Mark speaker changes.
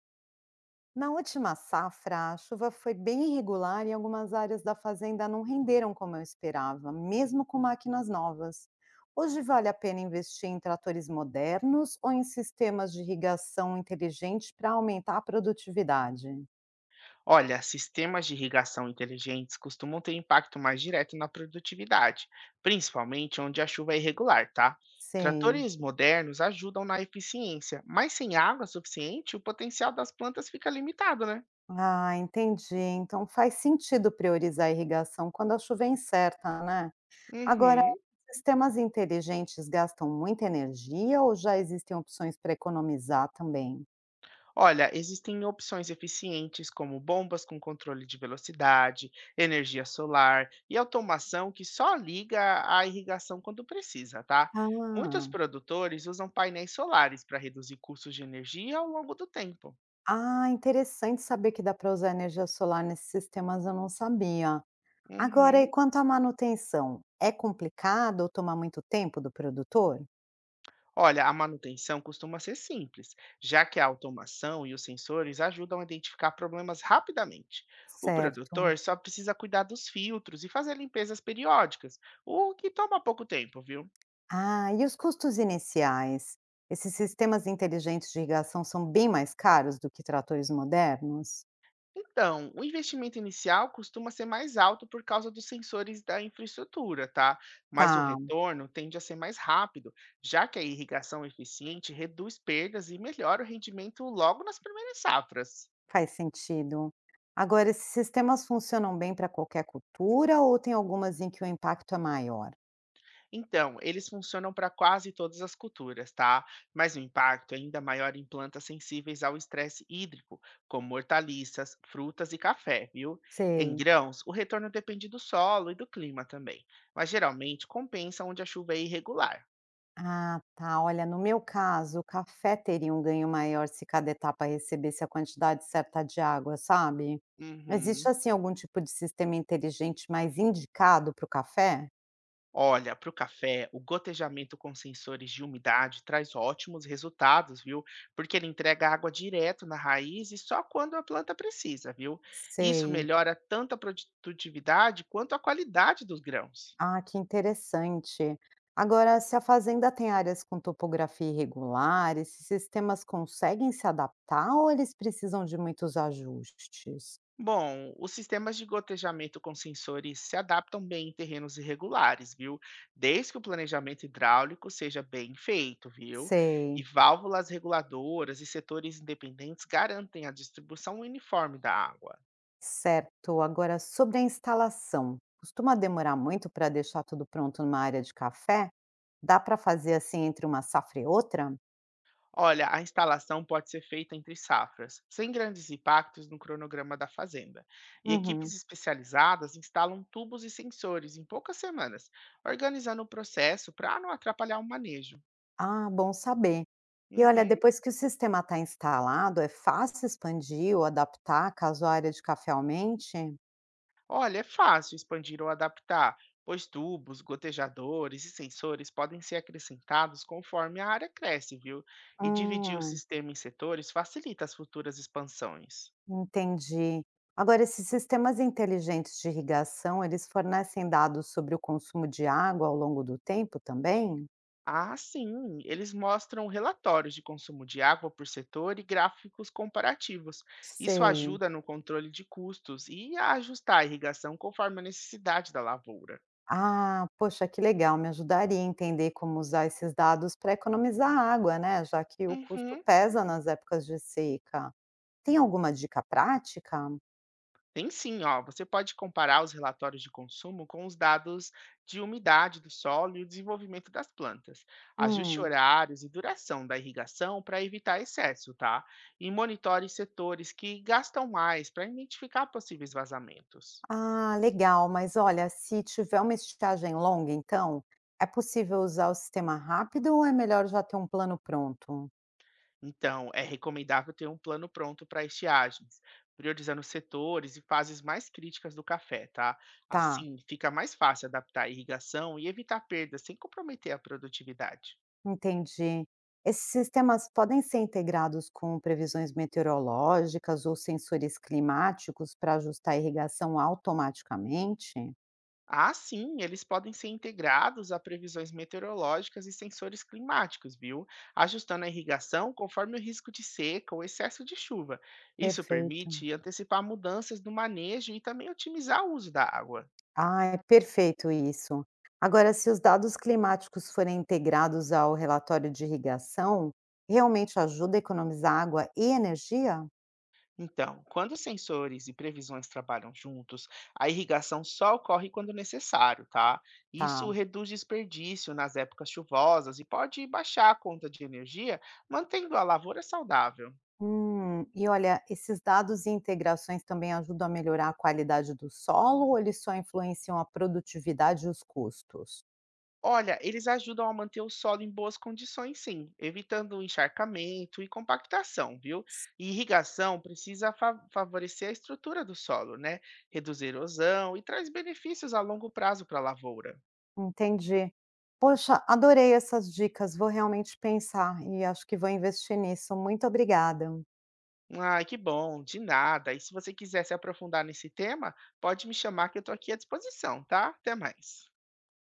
Speaker 1: Na última safra, a chuva foi bem irregular e algumas áreas da fazenda não renderam como eu esperava, mesmo com máquinas novas. Hoje vale a pena investir em tratores modernos ou em sistemas de irrigação inteligente para aumentar a produtividade?
Speaker 2: Olha, sistemas de irrigação inteligentes costumam ter impacto mais direto na produtividade, principalmente onde a chuva é irregular, tá?
Speaker 1: Sei.
Speaker 2: Tratores modernos ajudam na eficiência, mas sem água suficiente, o potencial das plantas fica limitado, né?
Speaker 1: Ah, entendi. Então faz sentido priorizar a irrigação quando a chuva é incerta, né? Agora,
Speaker 2: Uhum.
Speaker 1: sistemas inteligentes gastam muita energia ou já existem opções para economizar também?
Speaker 2: Olha, existem opções eficientes como bombas com controle de velocidade, energia solar e automação que só liga a irrigação quando precisa, tá? Muitos
Speaker 1: Ah.
Speaker 2: produtores usam painéis solares para reduzir custos de energia ao longo do tempo.
Speaker 1: Ah, interessante saber que dá para usar energia solar nesses sistemas, eu não sabia. Agora, e
Speaker 2: Uhum.
Speaker 1: quanto à manutenção? É complicado ou toma muito tempo do produtor?
Speaker 2: Olha, a manutenção costuma ser simples, já que a automação e os sensores ajudam a identificar problemas rapidamente. O
Speaker 1: Certo.
Speaker 2: produtor só precisa cuidar dos filtros e fazer limpezas periódicas, o que toma pouco tempo, viu?
Speaker 1: Ah, e os custos iniciais? Esses sistemas inteligentes de irrigação são bem mais caros do que tratores modernos?
Speaker 2: Então, o investimento inicial costuma ser mais alto por causa dos sensores da infraestrutura, tá? Mas o
Speaker 1: Tá,
Speaker 2: retorno tende a ser mais rápido, já que a irrigação eficiente reduz perdas e melhora o rendimento logo nas primeiras safras.
Speaker 1: faz sentido. Agora, esses sistemas funcionam bem para qualquer cultura ou tem algumas em que o impacto é maior?
Speaker 2: Então, eles funcionam para quase todas as culturas, tá? Mas o impacto é ainda maior em plantas sensíveis ao estresse hídrico, como hortaliças, frutas e café, viu? Em
Speaker 1: Sei.
Speaker 2: grãos, o retorno depende do solo e do clima também, mas geralmente compensa onde a chuva é irregular.
Speaker 1: Ah, tá. Olha, no meu caso, o café teria um ganho maior se cada etapa recebesse a quantidade certa de água, sabe? Existe,
Speaker 2: Uhum.
Speaker 1: assim, algum tipo de sistema inteligente mais indicado para o café?
Speaker 2: Olha, para o café, o gotejamento com sensores de umidade traz ótimos resultados, viu? Porque ele entrega água direto na raiz e só quando a planta precisa, viu? Isso
Speaker 1: Sei.
Speaker 2: melhora tanto a produtividade quanto a qualidade dos grãos.
Speaker 1: Ah, que interessante. Agora, se a fazenda tem áreas com topografia irregular, esses sistemas conseguem se adaptar ou eles precisam de muitos ajustes?
Speaker 2: Bom, os sistemas de gotejamento com sensores se adaptam bem em terrenos irregulares, viu? Desde que o planejamento hidráulico seja bem feito, viu? E
Speaker 1: Sei.
Speaker 2: válvulas reguladoras e setores independentes garantem a distribuição uniforme da água.
Speaker 1: Certo. Agora, sobre a instalação, costuma demorar muito para deixar tudo pronto numa área de café? Dá para fazer assim entre uma safra e outra?
Speaker 2: Olha, a instalação pode ser feita entre safras, sem grandes impactos no cronograma da fazenda. E equipes
Speaker 1: Uhum.
Speaker 2: especializadas instalam tubos e sensores em poucas semanas, organizando o processo para não atrapalhar o manejo.
Speaker 1: Ah, bom saber. E olha,
Speaker 2: Uhum.
Speaker 1: depois que o sistema está instalado, é fácil expandir ou adaptar caso a área de café aumente?
Speaker 2: Olha, é fácil expandir ou adaptar, pois tubos, gotejadores e sensores podem ser acrescentados conforme a área cresce, viu? E dividir o
Speaker 1: Hum,
Speaker 2: sistema em setores facilita as futuras expansões.
Speaker 1: entendi. Agora, esses sistemas inteligentes de irrigação, eles fornecem dados sobre o consumo de água ao longo do tempo também?
Speaker 2: Ah, sim. Eles mostram relatórios de consumo de água por setor e gráficos comparativos. Isso
Speaker 1: Sei.
Speaker 2: ajuda no controle de custos e a ajustar a irrigação conforme a necessidade da lavoura.
Speaker 1: Ah, poxa, que legal, me ajudaria a entender como usar esses dados para economizar água, né? Já que o custo
Speaker 2: Uhum.
Speaker 1: pesa nas épocas de seca. Tem alguma dica prática?
Speaker 2: Tem sim, ó. Você pode comparar os relatórios de consumo com os dados de umidade do solo e o desenvolvimento das plantas. Ajuste
Speaker 1: Hum,
Speaker 2: horários e duração da irrigação para evitar excesso, tá? E monitore setores que gastam mais para identificar possíveis vazamentos.
Speaker 1: ah, legal, mas olha, se tiver uma estiagem longa, então, é possível usar o sistema rápido ou é melhor já ter um plano pronto?
Speaker 2: Então, é recomendável ter um plano pronto para estiagens, priorizando setores e fases mais críticas do café, tá?
Speaker 1: Tá.
Speaker 2: Assim, fica mais fácil adaptar a irrigação e evitar perdas sem comprometer a produtividade.
Speaker 1: Entendi. Esses sistemas podem ser integrados com previsões meteorológicas ou sensores climáticos para ajustar a irrigação automaticamente?
Speaker 2: Ah, sim, eles podem ser integrados a previsões meteorológicas e sensores climáticos, viu? Ajustando a irrigação conforme o risco de seca ou excesso de chuva. Isso
Speaker 1: Perfeito.
Speaker 2: permite antecipar mudanças no manejo e também otimizar o uso da água.
Speaker 1: Ah, é perfeito isso. Agora, se os dados climáticos forem integrados ao relatório de irrigação, realmente ajuda a economizar água e energia?
Speaker 2: Então, quando os sensores e previsões trabalham juntos, a irrigação só ocorre quando necessário, tá? Isso
Speaker 1: Tá.
Speaker 2: reduz desperdício nas épocas chuvosas e pode baixar a conta de energia, mantendo a lavoura saudável.
Speaker 1: E olha, esses dados e integrações também ajudam a melhorar a qualidade do solo ou eles só influenciam a produtividade e os custos?
Speaker 2: Olha, eles ajudam a manter o solo em boas condições, sim, evitando o encharcamento e compactação, viu? E irrigação precisa favorecer a estrutura do solo, né? Reduzir erosão e traz benefícios a longo prazo para a lavoura.
Speaker 1: Entendi. Poxa, adorei essas dicas, vou realmente pensar e acho que vou investir nisso. Muito obrigada.
Speaker 2: Ai, que bom, de nada. E se você quiser se aprofundar nesse tema, pode me chamar que eu estou aqui à disposição, tá? Até mais.